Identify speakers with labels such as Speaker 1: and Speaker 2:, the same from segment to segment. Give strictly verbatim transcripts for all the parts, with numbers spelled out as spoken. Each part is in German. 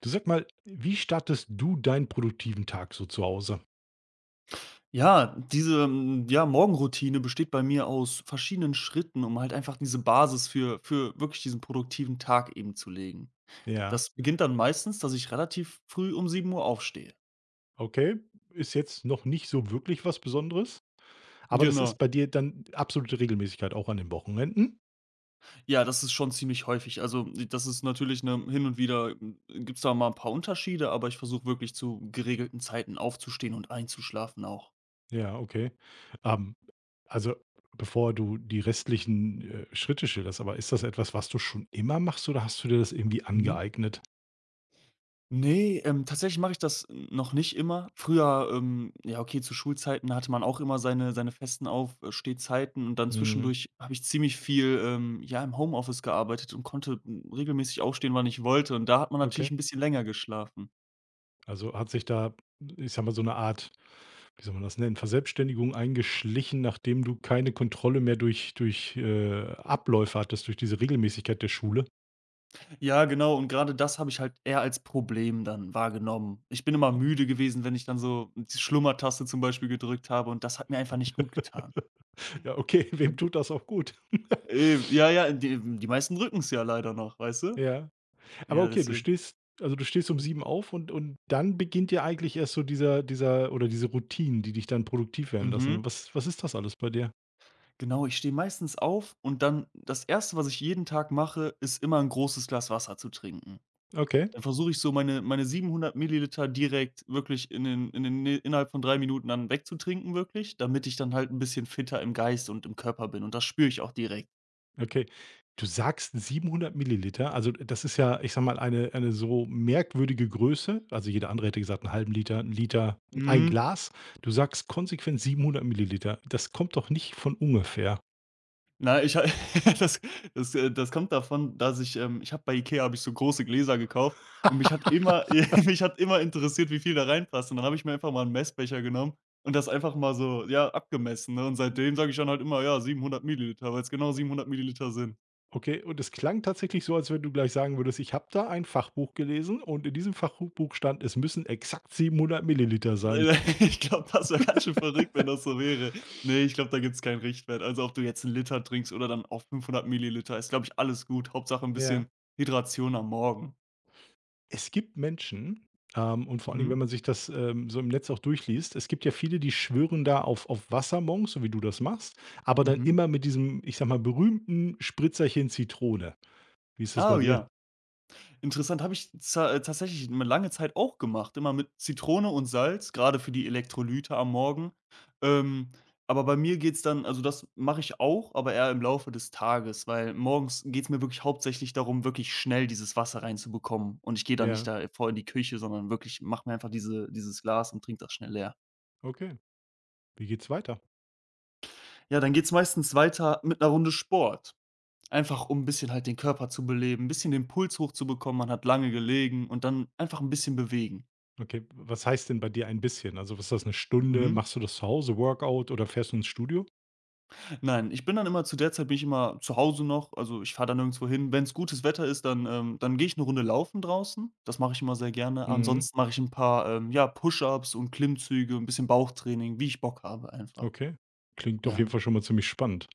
Speaker 1: Du sag mal, wie startest du deinen produktiven Tag so zu Hause?
Speaker 2: Ja, diese, hm, ja, Morgenroutine besteht bei mir aus verschiedenen Schritten, um halt einfach diese Basis für für wirklich diesen produktiven Tag eben zu legen.
Speaker 1: Ja,
Speaker 2: Das beginnt dann meistens, dass ich relativ früh um sieben Uhr aufstehe.
Speaker 1: okay. Ist jetzt noch nicht so wirklich was Besonderes, aber das ist
Speaker 2: Genau.
Speaker 1: bei dir dann absolute Regelmäßigkeit auch an den Wochenenden?
Speaker 2: Ja, das ist schon ziemlich häufig. Also, das ist natürlich, ne, hin und wieder hm, gibt's da mal ein paar Unterschiede, aber ich versuche wirklich zu geregelten Zeiten aufzustehen und einzuschlafen auch.
Speaker 1: Ja, okay. Ähm, also bevor du die restlichen, äh, Schritte schilderst, aber ist das etwas, was du schon immer machst oder hast du dir das irgendwie
Speaker 2: Mhm.
Speaker 1: angeeignet?
Speaker 2: Nee, ähm, tatsächlich mache ich das noch nicht immer. Früher, ähm ja, okay, zu Schulzeiten hatte man auch immer seine seine festen Aufstehzeiten und dann
Speaker 1: Mhm,
Speaker 2: zwischendurch habe ich ziemlich viel, ähm, ja, im Homeoffice gearbeitet und konnte hm, regelmäßig aufstehen, wann ich wollte, und da hat man
Speaker 1: okay.
Speaker 2: natürlich ein bisschen länger geschlafen.
Speaker 1: Also hat sich da, ich sag mal, so eine Art, wie soll man das nennen, Verselbstständigung eingeschlichen, nachdem du keine Kontrolle mehr durch durch, äh, Abläufe hattest, durch diese Regelmäßigkeit der Schule.
Speaker 2: Ja, genau, und gerade das habe ich halt eher als Problem dann wahrgenommen. Ich bin immer müde gewesen, wenn ich dann so die Schlummertaste zum Beispiel gedrückt habe, und das hat mir einfach nicht gut getan.
Speaker 1: Ja, okay,
Speaker 2: Ja.
Speaker 1: wem tut das auch gut?
Speaker 2: Eben, ja, ja, die die meisten drücken es ja leider noch, weißt du?
Speaker 1: Ja, aber
Speaker 2: Ja,
Speaker 1: okay, du
Speaker 2: deswegen.
Speaker 1: stehst, also, du stehst um sieben auf und und dann beginnt ja eigentlich erst so dieser dieser oder diese Routinen, die dich dann produktiv werden lassen.
Speaker 2: Mhm.
Speaker 1: Was was ist das alles bei dir?
Speaker 2: Genau, ich stehe meistens auf, und dann das erste, was ich jeden Tag mache, ist immer ein großes Glas Wasser zu trinken.
Speaker 1: Okay.
Speaker 2: Dann versuche ich so meine meine siebenhundert Milliliter direkt wirklich in den in den, ne, innerhalb von drei Minuten dann wegzutrinken wirklich, damit ich dann halt ein bisschen fitter im Geist und im Körper bin, und das spüre ich auch direkt.
Speaker 1: Okay. Du sagst siebenhundert Milliliter. Also, äh, das ist ja, ich sage mal, eine eine so merkwürdige Größe. Also, jeder andere hätte gesagt einen halben Liter, einen Liter, ein
Speaker 2: Mhm.
Speaker 1: Glas. Du sagst konsequent siebenhundert Milliliter. Das kommt doch nicht von ungefähr.
Speaker 2: Na, ich ha das das, äh, das kommt davon, dass ich, ähm ich habe bei IKEA habe ich so große Gläser gekauft und mich hat immer mich hat immer interessiert, wie viel da reinpasst. Und dann habe ich mir einfach mal 'n Messbecher genommen und das einfach mal so, ja, abgemessen, ne? Und seitdem sage ich dann halt immer: „Ja, siebenhundert Milliliter“, weil's genau siebenhundert Milliliter sind.
Speaker 1: Okay, und es klang tatsächlich so, als wenn du gleich sagen würdest: „Ich habe da ein Fachbuch gelesen und in diesem Fachbuch stand, es müssen exakt siebenhundert Milliliter sein.“
Speaker 2: Ich glaube, das wäre ganz schön verrückt, wenn das so wäre. Ne, ich glaube, da gibt's keinen Richtwert. Also, ob du jetzt 'n Liter trinkst oder dann auch fünfhundert Milliliter, ist, glaube ich, alles gut. Hauptsache 'n
Speaker 1: Ja.
Speaker 2: bisschen Hydration am Morgen.
Speaker 1: Es gibt Menschen, ähm, und vor allen Dingen, wenn
Speaker 2: Mhm.
Speaker 1: man sich das, ähm, so im Netz auch durchliest, es gibt ja viele, die schwören da auf auf Wassermonks, so wie du das machst, aber dann
Speaker 2: Mhm.
Speaker 1: immer mit diesem, ich sage mal, berühmten Spritzerchen Zitrone. Wie ist das bei
Speaker 2: Oh
Speaker 1: dir?
Speaker 2: ja. Interessant, habe ich za äh, tatsächlich eine lange Zeit auch gemacht, immer mit Zitrone und Salz, gerade für die Elektrolyte am Morgen. Ähm, aber bei mir geht's dann, also, das mache ich auch, aber eher im Laufe des Tages, weil morgens geht's mir wirklich hauptsächlich darum, wirklich schnell dieses Wasser reinzubekommen. Und ich gehe dann nicht
Speaker 1: Ja,
Speaker 2: da vor in die Küche, sondern wirklich mache mir einfach diese dieses Glas und trinke das schnell leer.
Speaker 1: okay. Wie geht's weiter?
Speaker 2: Ja, dann geht's meistens weiter mit einer Runde Sport. Einfach um ein bisschen halt den Körper zu beleben, ein bisschen den Puls hochzubekommen. Man hat lange gelegen und dann einfach ein bisschen bewegen.
Speaker 1: Okay, was heißt denn bei dir ein bisschen? Also, was ist das, eine Stunde?
Speaker 2: Mhm.
Speaker 1: Machst du das zu Hause, Workout oder fährst du ins Studio?
Speaker 2: Nein, ich bin dann immer zu der Zeit bin ich immer zu Hause noch, also ich fahre da nirgendwo hin. Wenn's gutes Wetter ist, dann ähm dann gehe ich 'ne Runde laufen draußen. Das mache ich immer sehr gerne.
Speaker 1: Mhm,
Speaker 2: Ansonsten mache ich 'n paar, ähm, ja, Push-ups und Klimmzüge, 'n bisschen Bauchtraining, wie ich Bock habe einfach,
Speaker 1: okay. Klingt auf
Speaker 2: ja.
Speaker 1: jeden Fall schon mal ziemlich spannend.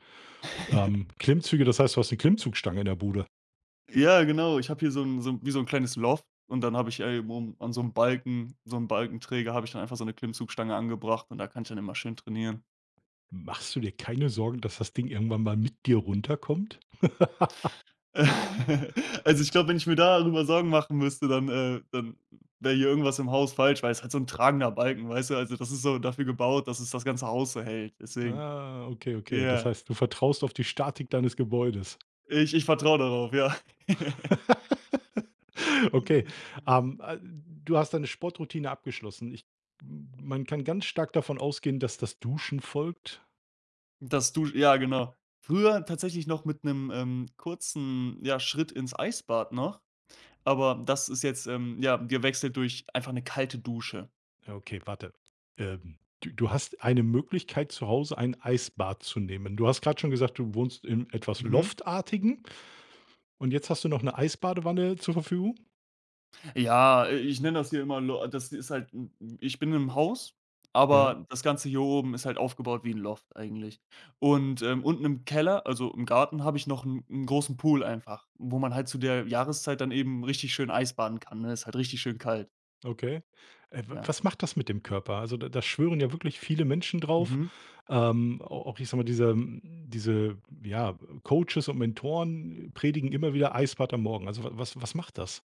Speaker 1: Ähm, Klimmzüge, das heißt, du hast eine Klimmzugstange in der Bude?
Speaker 2: Ja, genau. Ich habe hier so 'n so 'n wie so 'n kleines Loft, und dann habe ich, äh, oben an so 'nem Balken, so 'n Balkenträger, habe ich dann einfach so 'ne Klimmzugstange angebracht, und da kann ich dann immer schön trainieren.
Speaker 1: Machst du dir keine Sorgen, dass das Ding irgendwann mal mit dir runterkommt?
Speaker 2: Also, ich glaube, wenn ich mir darüber Sorgen machen müsste, dann äh, dann wäre hier irgendwas im Haus falsch, weil es halt so 'n tragender Balken, weißt du? Also, das ist so dafür gebaut, dass es das ganze Haus so hält, deswegen.
Speaker 1: Ah, okay, okay. Das
Speaker 2: Ja,
Speaker 1: heißt, du vertraust auf die Statik deines Gebäudes.
Speaker 2: ich ich vertraue darauf, ja.
Speaker 1: Okay, ähm, äh, du hast deine Sportroutine abgeschlossen. Ich Man kann ganz stark davon ausgehen, dass das Duschen folgt.
Speaker 2: Das Dusch Ja, genau. Früher tatsächlich noch mit einem ähm, kurzen, ja, Schritt ins Eisbad noch, aber das ist jetzt, ähm, ja, gewechselt durch einfach eine kalte Dusche.
Speaker 1: Ja, okay, warte. Ähm, du du hast eine Möglichkeit, zu Hause ein Eisbad zu nehmen. Du hast gerade schon gesagt, du wohnst in etwas
Speaker 2: Mhm.
Speaker 1: Loftartigen und jetzt hast du noch eine Eisbadewanne zur Verfügung?
Speaker 2: Ja, äh, ich nenne das hier immer Lo das ist halt 'n ich bin im Haus,
Speaker 1: Ja.
Speaker 2: aber das Ganze hier oben ist halt aufgebaut wie ein Loft eigentlich. Und, ähm, unten im Keller, also im Garten, habe ich noch einen 'n großen Pool einfach, wo man halt zu der Jahreszeit dann eben richtig schön Eis baden kann, ne? Ist halt richtig schön kalt,
Speaker 1: Okay. Äh, w
Speaker 2: ja.
Speaker 1: was macht das mit dem Körper? Also, da da schwören ja wirklich viele Menschen drauf.
Speaker 2: Mhm.
Speaker 1: Ähm, au auch ich sage mal, diese hm, diese, ja, Coaches und Mentoren äh, predigen immer wieder Eisbad am Morgen. Also, wa was was macht das?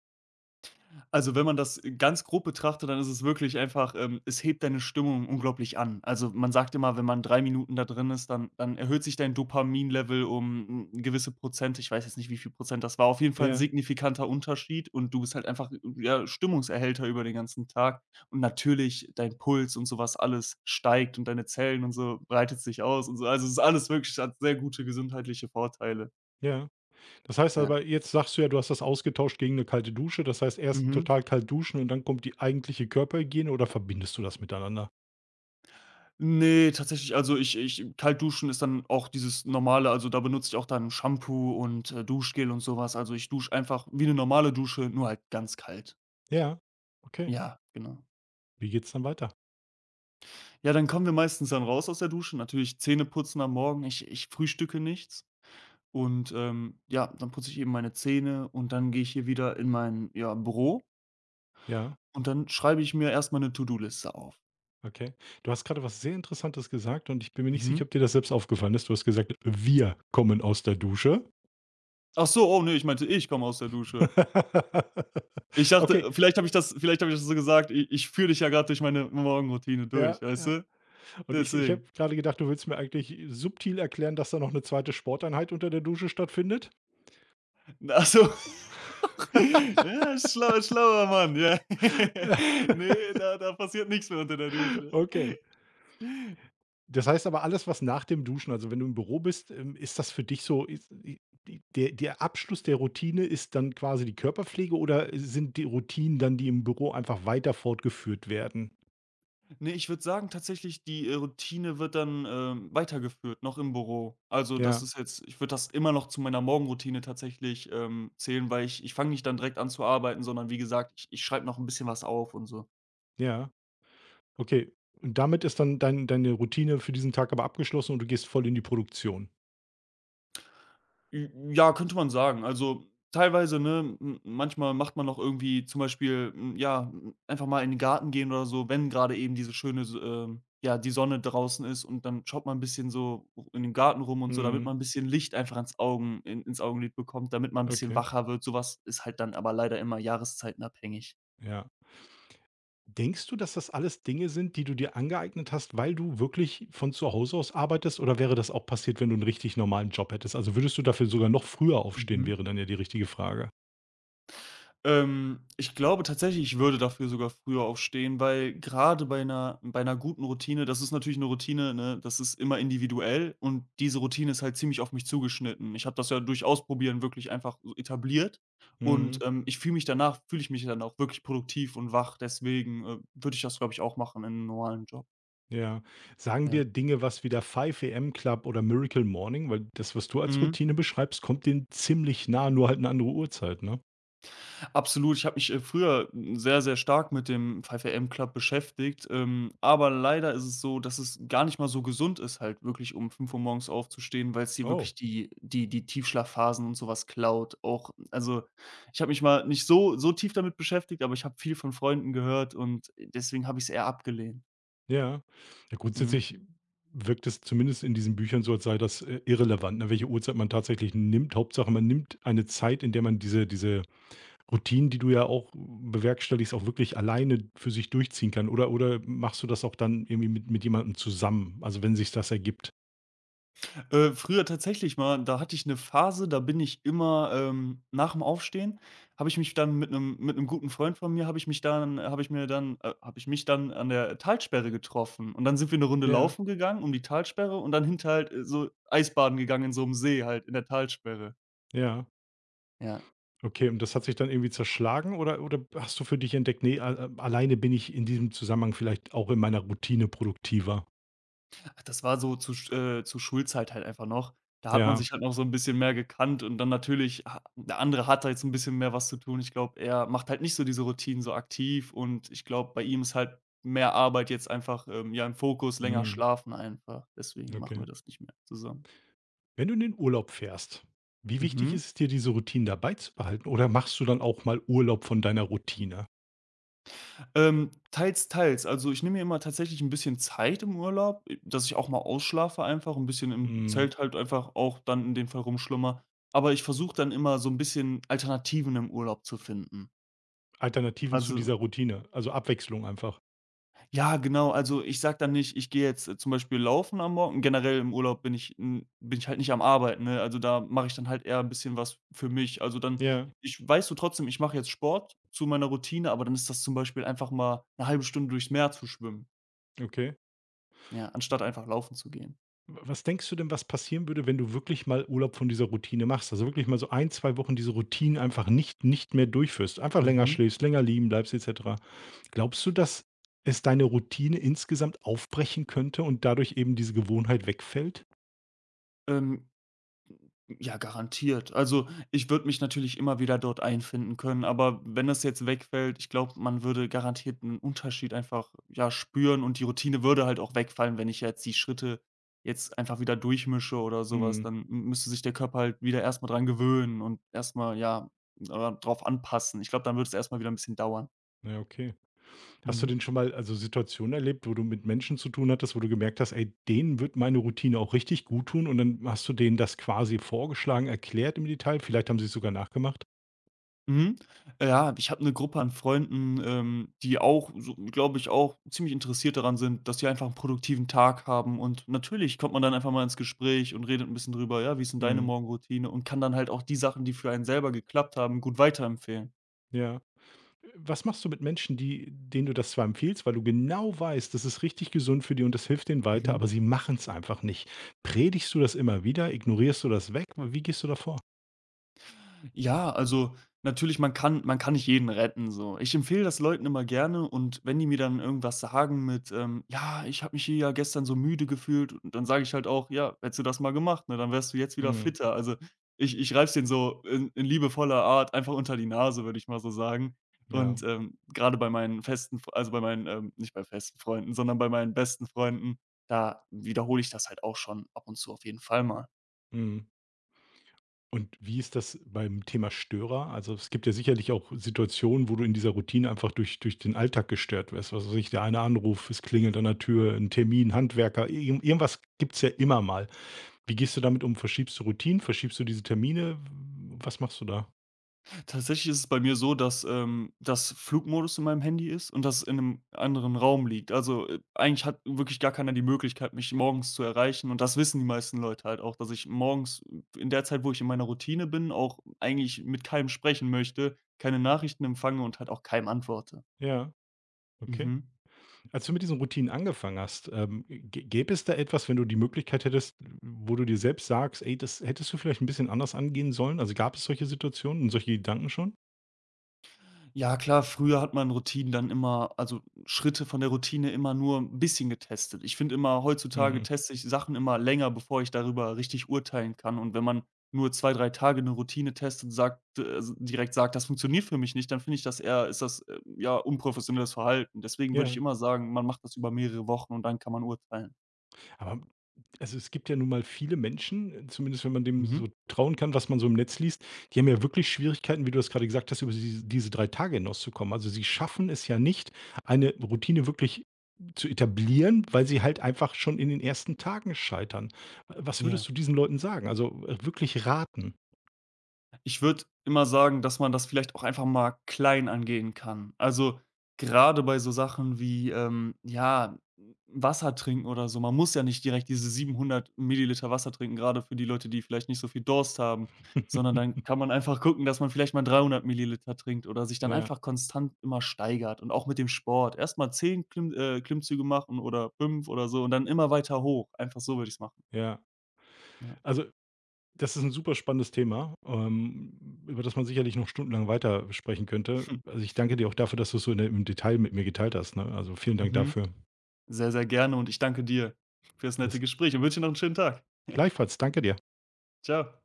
Speaker 2: Also, wenn man das ganz grob betrachtet, dann ist es wirklich einfach, ähm es hebt deine Stimmung unglaublich an. Also, man sagt immer, wenn man drei Minuten da drin ist, dann dann erhöht sich dein Dopaminlevel um 'n gewisse Prozent. Ich weiß jetzt nicht, wie viel Prozent das war. Auf jeden Fall ein
Speaker 1: Ja,
Speaker 2: signifikanter Unterschied, und du bist halt einfach, ja, Stimmungserhellter über den ganzen Tag. Und natürlich dein Puls und sowas alles steigt und deine Zellen und so breitet sich aus und so. Also, es ist alles wirklich, hat sehr gute gesundheitliche Vorteile.
Speaker 1: ja. Das heißt
Speaker 2: Ja.
Speaker 1: aber, jetzt sagst du ja, du hast das ausgetauscht gegen eine kalte Dusche. Das heißt, erst
Speaker 2: Mhm.
Speaker 1: total kalt duschen und dann kommt die eigentliche Körperhygiene oder verbindest du das miteinander?
Speaker 2: Nee, tatsächlich, also ich ich kalt duschen ist dann auch dieses normale, also da benutze ich auch dann Shampoo und, äh, Duschgel und sowas. Also ich dusche einfach wie eine normale Dusche, nur halt ganz kalt.
Speaker 1: Ja, okay.
Speaker 2: Ja, genau.
Speaker 1: Wie geht's dann weiter?
Speaker 2: Ja, dann kommen wir meistens dann raus aus der Dusche, natürlich Zähne putzen am Morgen. Ich ich frühstücke nichts, und, ähm, ja, dann putze ich eben meine Zähne und dann gehe ich hier wieder in mein, ja, Büro
Speaker 1: Ja.
Speaker 2: und dann schreibe ich mir erst mal 'ne To-do-Liste auf.
Speaker 1: Okay. Du hast gerade was sehr Interessantes gesagt und ich bin mir nicht sicher,
Speaker 2: Mhm.
Speaker 1: ob dir das selbst aufgefallen ist. Du hast gesagt: „Wir kommen aus der Dusche.“
Speaker 2: Ach so, oh nee, ich meinte, ich komme aus der Dusche. Ich
Speaker 1: Okay,
Speaker 2: dachte, vielleicht habe ich das vielleicht habe ich das so gesagt: „I Ich führe dich ja grad durch meine Morgenroutine
Speaker 1: ja,
Speaker 2: durch“, weißt
Speaker 1: ja.
Speaker 2: du?
Speaker 1: Und ich ich habe
Speaker 2: Deswegen.
Speaker 1: gerade gedacht, du willst mir eigentlich subtil erklären, dass da noch eine zweite Sporteinheit unter der Dusche stattfindet?
Speaker 2: Ach so. Ja, schlau schlauer Mann, ja. Ne, da da passiert nix mehr unter der Dusche.
Speaker 1: Okay. Das heißt aber, alles, was nach dem Duschen, also, wenn du im Büro bist, ähm, ist das für dich so, ist i die, der der Abschluss der Routine ist dann quasi die Körperpflege oder sind die Routinen dann, die im Büro einfach weiter fortgeführt werden?
Speaker 2: Ne, ich würde sagen tatsächlich, die, äh, Routine wird dann, ähm, weitergeführt, noch im Büro. Also, das
Speaker 1: Ja,
Speaker 2: ist jetzt, ich würde das immer noch zu meiner Morgenroutine tatsächlich, ähm, zählen, weil ich ich fange nicht dann direkt an zu arbeiten, sondern wie gesagt, ich ich schreibe noch 'n bisschen was auf und so.
Speaker 1: ja. Okay, und damit ist dann dein deine Routine für diesen Tag aber abgeschlossen und du gehst voll in die Produktion.
Speaker 2: Ja, könnte man sagen. Also, teilweise, ne, m manchmal macht man noch irgendwie zum Beispiel, hm, ja, hm, einfach mal in den Garten gehen oder so, wenn gerade eben diese schöne S ähm, ja, die Sonne draußen ist, und dann schaut man ein bisschen so in dem Garten rum und so, damit
Speaker 1: Mhm,
Speaker 2: man ein bisschen Licht einfach ans Augen in ins Augenlid bekommt, damit man ein bisschen
Speaker 1: okay,
Speaker 2: wacher wird. Sowas ist halt dann aber leider immer jahreszeitenabhängig.
Speaker 1: ja. Denkst du, dass das alles Dinge sind, die du dir angeeignet hast, weil du wirklich von zu Hause aus arbeitest oder wäre das auch passiert, wenn du einen richtig normalen Job hättest? Also, würdest du dafür sogar noch früher aufstehen,
Speaker 2: Mhm.
Speaker 1: wäre dann ja die richtige Frage.
Speaker 2: Ähm, ich glaube tatsächlich, ich würde dafür sogar früher aufstehen, weil gerade bei einer bei einer guten Routine, das ist natürlich eine Routine, ne, das ist immer individuell, und diese Routine ist halt ziemlich auf mich zugeschnitten. Ich habe das ja durch Ausprobieren wirklich einfach so etabliert, und,
Speaker 1: Mhm,
Speaker 2: ähm, ich fühle mich danach fühle ich mich dann auch wirklich produktiv und wach. Deswegen, äh, würde ich das, glaube ich, auch machen in einem normalen Job.
Speaker 1: ja. Sagen dir
Speaker 2: Ja.
Speaker 1: Dinge was wie der five a m Club oder Miracle Morning? Weil das, was du als
Speaker 2: Mhm.
Speaker 1: Routine beschreibst, kommt denen ziemlich nah, nur halt eine andere Uhrzeit, ne?
Speaker 2: Absolut, ich habe mich, äh, früher hm, sehr, sehr stark mit dem five M Club beschäftigt, ähm, aber leider ist es so, dass es gar nicht mal so gesund ist, halt wirklich um fünf Uhr morgens aufzustehen, weil es dir
Speaker 1: Oh.
Speaker 2: wirklich die die die Tiefschlafphasen und sowas klaut. Auch, also, ich habe mich mal nicht so so tief damit beschäftigt, aber ich habe viel von Freunden gehört, und äh, deswegen habe ich es eher abgelehnt.
Speaker 1: Ja. Ja,
Speaker 2: Mhm.
Speaker 1: grundsätzlich wirkt es zumindest in diesen Büchern so, als sei das, äh, irrelevant, ne, welche Uhrzeit man tatsächlich nimmt. Hauptsache, man nimmt eine Zeit, in der man diese diese Routinen, die du ja auch bewerkstelligst, auch wirklich alleine für sich durchziehen kann. Oder oder machst du das auch dann irgendwie mit mit jemandem zusammen, also, wenn sich das ergibt?
Speaker 2: Äh, früher tatsächlich mal, da hatte ich eine Phase, da bin ich immer, ähm nach dem Aufstehen habe ich mich dann mit einem mit einem guten Freund von mir habe ich mich dann habe ich mir dann äh, habe ich mich dann an der Talsperre getroffen. Und dann sind wir eine Runde
Speaker 1: Ja,
Speaker 2: laufen gegangen um die Talsperre und dann hinter halt, äh, so Eisbaden gegangen in so einem See halt in der Talsperre.
Speaker 1: ja.
Speaker 2: Ja.
Speaker 1: Okay, und das hat sich dann irgendwie zerschlagen oder oder hast du für dich entdeckt: „Ne, a alleine bin ich in diesem Zusammenhang vielleicht auch in meiner Routine produktiver.“
Speaker 2: Ach, das war so zu Sch äh, zur Schulzeit halt einfach noch. Da hat man
Speaker 1: Ja,
Speaker 2: sich halt noch so ein bisschen mehr gekannt, und dann natürlich ha der andere hat da jetzt ein bisschen mehr was zu tun. Ich glaube, er macht halt nicht so diese Routinen so aktiv, und ich glaube, bei ihm ist halt mehr Arbeit jetzt einfach, ähm, ja, im Fokus, länger
Speaker 1: mhm,
Speaker 2: schlafen einfach. Deswegen machen
Speaker 1: okay.
Speaker 2: wir das nicht mehr zusammen.
Speaker 1: Wenn du in den Urlaub fährst, wie wichtig
Speaker 2: Mhm.
Speaker 1: ist es dir, diese Routinen dabei zu behalten? Oder machst du dann auch mal Urlaub von deiner Routine?
Speaker 2: Ähm, teils, teils. Also, ich nehme mir immer tatsächlich ein bisschen Zeit im Urlaub, äh, dass ich auch mal ausschlafe einfach, 'n bisschen im
Speaker 1: Hm,
Speaker 2: Zelt halt einfach auch dann in dem Fall rumschlummer. Aber ich versuche dann immer so ein bisschen Alternativen im Urlaub zu finden.
Speaker 1: Alternativen zu dieser
Speaker 2: Also,
Speaker 1: Routine, also Abwechslung einfach.
Speaker 2: ja, genau. Also, ich sage dann nicht: „Ich gehe jetzt, äh, zum Beispiel laufen am Morgen.“ Generell im Urlaub bin ich n bin ich halt nicht am Arbeiten, ne? Also, da mache ich dann halt eher ein bisschen was für mich. Also, dann,
Speaker 1: Ja,
Speaker 2: ich weiß, so trotzdem, ich mache jetzt Sport zu meiner Routine, aber dann ist das zum Beispiel einfach mal eine halbe Stunde durchs Meer zu schwimmen.
Speaker 1: okay.
Speaker 2: Ja, anstatt einfach laufen zu gehen.
Speaker 1: W- Was denkst du denn, was passieren würde, wenn du wirklich mal Urlaub von dieser Routine machst? Also wirklich mal so ein, zwei Wochen diese Routinen einfach nicht, nicht mehr durchführst. Einfach länger
Speaker 2: Mhm.
Speaker 1: schläfst, länger liegen bleibst, et cetera. Glaubst du, dass es deine Routine insgesamt aufbrechen könnte und dadurch eben diese Gewohnheit wegfällt?
Speaker 2: Ähm, ja, garantiert. Also, ich würde mich natürlich immer wieder dort einfinden können, aber wenn das jetzt wegfällt, ich glaube, man würde garantiert einen Unterschied einfach, ja, spüren und die Routine würde halt auch wegfallen, wenn ich jetzt die Schritte jetzt einfach wieder durchmische oder sowas.
Speaker 1: Mhm.
Speaker 2: Dann m müsste sich der Körper halt wieder erst mal dran gewöhnen und erst mal, ja, äh, drauf anpassen. Ich glaube, dann würde es erst mal wieder ein bisschen dauern.
Speaker 1: Ja, okay. Hast du
Speaker 2: Mhm.
Speaker 1: denn schon mal, also, Situationen erlebt, wo du mit Menschen zu tun hattest, wo du gemerkt hast: „Ey, denen wird meine Routine auch richtig gut tun?“ und dann hast du denen das quasi vorgeschlagen, erklärt im Detail? Vielleicht haben sie es sogar nachgemacht?
Speaker 2: Mhm. Ja, ich habe eine Gruppe an Freunden, ähm, die auch so, glaube ich, auch ziemlich interessiert daran sind, dass die einfach einen produktiven Tag haben. Und natürlich kommt man dann einfach mal ins Gespräch und redet ein bisschen drüber: „Ja, wie ist denn deine
Speaker 1: Mhm.
Speaker 2: Morgenroutine?“ Und kann dann halt auch die Sachen, die für einen selber geklappt haben, gut weiterempfehlen.
Speaker 1: Ja. Was machst du mit Menschen, die, denen du das zwar empfiehlst, weil du genau weißt, das ist richtig gesund für die und das hilft denen weiter,
Speaker 2: Mhm.
Speaker 1: aber sie machen es einfach nicht? Predigst du das immer wieder? Ignorierst du das weg? Wie gehst du davor? Vor?
Speaker 2: Ja, also natürlich, man kann man kann nicht jeden retten so. Ich empfehle das Leuten immer gerne, und wenn die mir dann irgendwas sagen mit, ähm: „Ja, ich habe mich hier ja gestern so müde gefühlt“, und dann sage ich halt auch: „Ja, hättest du das mal gemacht, ne, dann wärst du jetzt wieder
Speaker 1: Mhm,
Speaker 2: fitter.“ Also, ich ich reibe es denen so in in liebevoller Art einfach unter die Nase, würde ich mal so sagen.
Speaker 1: ja,
Speaker 2: Und, ähm, grade bei meinen festen F also bei meinen, ähm nicht bei festen Freunden, sondern bei meinen besten Freunden, da wiederhole ich das halt auch schon ab und zu auf jeden Fall mal.
Speaker 1: mhm. Und wie ist das beim Thema Störer? Also, es gibt ja sicherlich auch Situationen, wo du in dieser Routine einfach durch durch den Alltag gestört wirst. Was weiß ich, der eine Anruf, es klingelt an der Tür, ein Termin, Handwerker, irgend irgendwas gibt's ja immer mal. Wie gehst du damit um? Verschiebst du Routinen? Verschiebst du diese Termine? Was machst du da?
Speaker 2: Tatsächlich ist es bei mir so, dass, ähm, das Flugmodus in meinem Handy ist und das in einem anderen Raum liegt. Also, äh, eigentlich hat wirklich gar keiner die Möglichkeit, mich morgens zu erreichen, und das wissen die meisten Leute halt auch, dass ich morgens äh, in der Zeit, wo ich in meiner Routine bin, auch eigentlich mit keinem sprechen möchte, keine Nachrichten empfange und halt auch keinem antworte.
Speaker 1: Ja. Okay.
Speaker 2: Mhm.
Speaker 1: Als du mit diesen Routinen angefangen hast, ähm, gä gäbe es da etwas, wenn du die Möglichkeit hättest, wo du dir selbst sagst: „Ey, das hättest du vielleicht ein bisschen anders angehen sollen?“ Also, gab es solche Situationen und solche Gedanken schon?
Speaker 2: Ja klar, früher hat man Routinen dann immer, also Schritte von der Routine, immer nur 'n bisschen getestet. Ich finde immer, heutzutage
Speaker 1: Mhm.
Speaker 2: teste ich Sachen immer länger, bevor ich darüber richtig urteilen kann. Und wenn man nur zwei, drei Tage eine Routine testet, sagt äh, s direkt sagt: „Das funktioniert für mich nicht“, dann finde ich das eher, ist das, äh, ja, unprofessionelles Verhalten. Deswegen würde ich
Speaker 1: Ja.
Speaker 2: immer sagen, man macht das über mehrere Wochen und dann kann man urteilen.
Speaker 1: Aber hm, also, es gibt ja nun mal viele Menschen, zumindest wenn man dem
Speaker 2: Mhm.
Speaker 1: so trauen kann, was man so im Netz liest, die haben ja wirklich Schwierigkeiten, wie du das gerade gesagt hast, über diese diese drei Tage hinauszukommen. Also, sie schaffen es ja nicht, eine Routine wirklich zu etablieren, weil sie halt einfach schon in den ersten Tagen scheitern. Was
Speaker 2: Ja.
Speaker 1: würdest du diesen Leuten sagen? Also, äh, wirklich raten?
Speaker 2: Ich würde immer sagen, dass man das vielleicht auch einfach mal klein angehen kann. Also, gerade bei so Sachen wie, ähm, ja, Wasser trinken oder so. Man muss ja nicht direkt diese siebenhundert Milliliter Wasser trinken, gerade für die Leute, die vielleicht nicht so viel Durst haben, sondern dann kann man einfach gucken, dass man vielleicht mal dreihundert Milliliter trinkt oder sich dann
Speaker 1: Ja,
Speaker 2: einfach konstant immer steigert. Und auch mit dem Sport: erst mal zehn Klimm äh, Klimmzüge machen oder fünf oder so und dann immer weiter hoch. Einfach so würde ich es machen.
Speaker 1: ja.
Speaker 2: Ja.
Speaker 1: Also, das ist ein super spannendes Thema, ähm, über das man sicherlich noch stundenlang weiter sprechen könnte. Also, ich danke dir auch dafür, dass du's so in der, im Detail mit mir geteilt hast, ne? Also, vielen Dank
Speaker 2: Mhm.
Speaker 1: dafür.
Speaker 2: Sehr, sehr gerne, und ich danke dir für das
Speaker 1: Alles
Speaker 2: nette Gespräch und wünsche dir noch einen schönen Tag.
Speaker 1: Gleichfalls, danke dir.
Speaker 2: Ciao.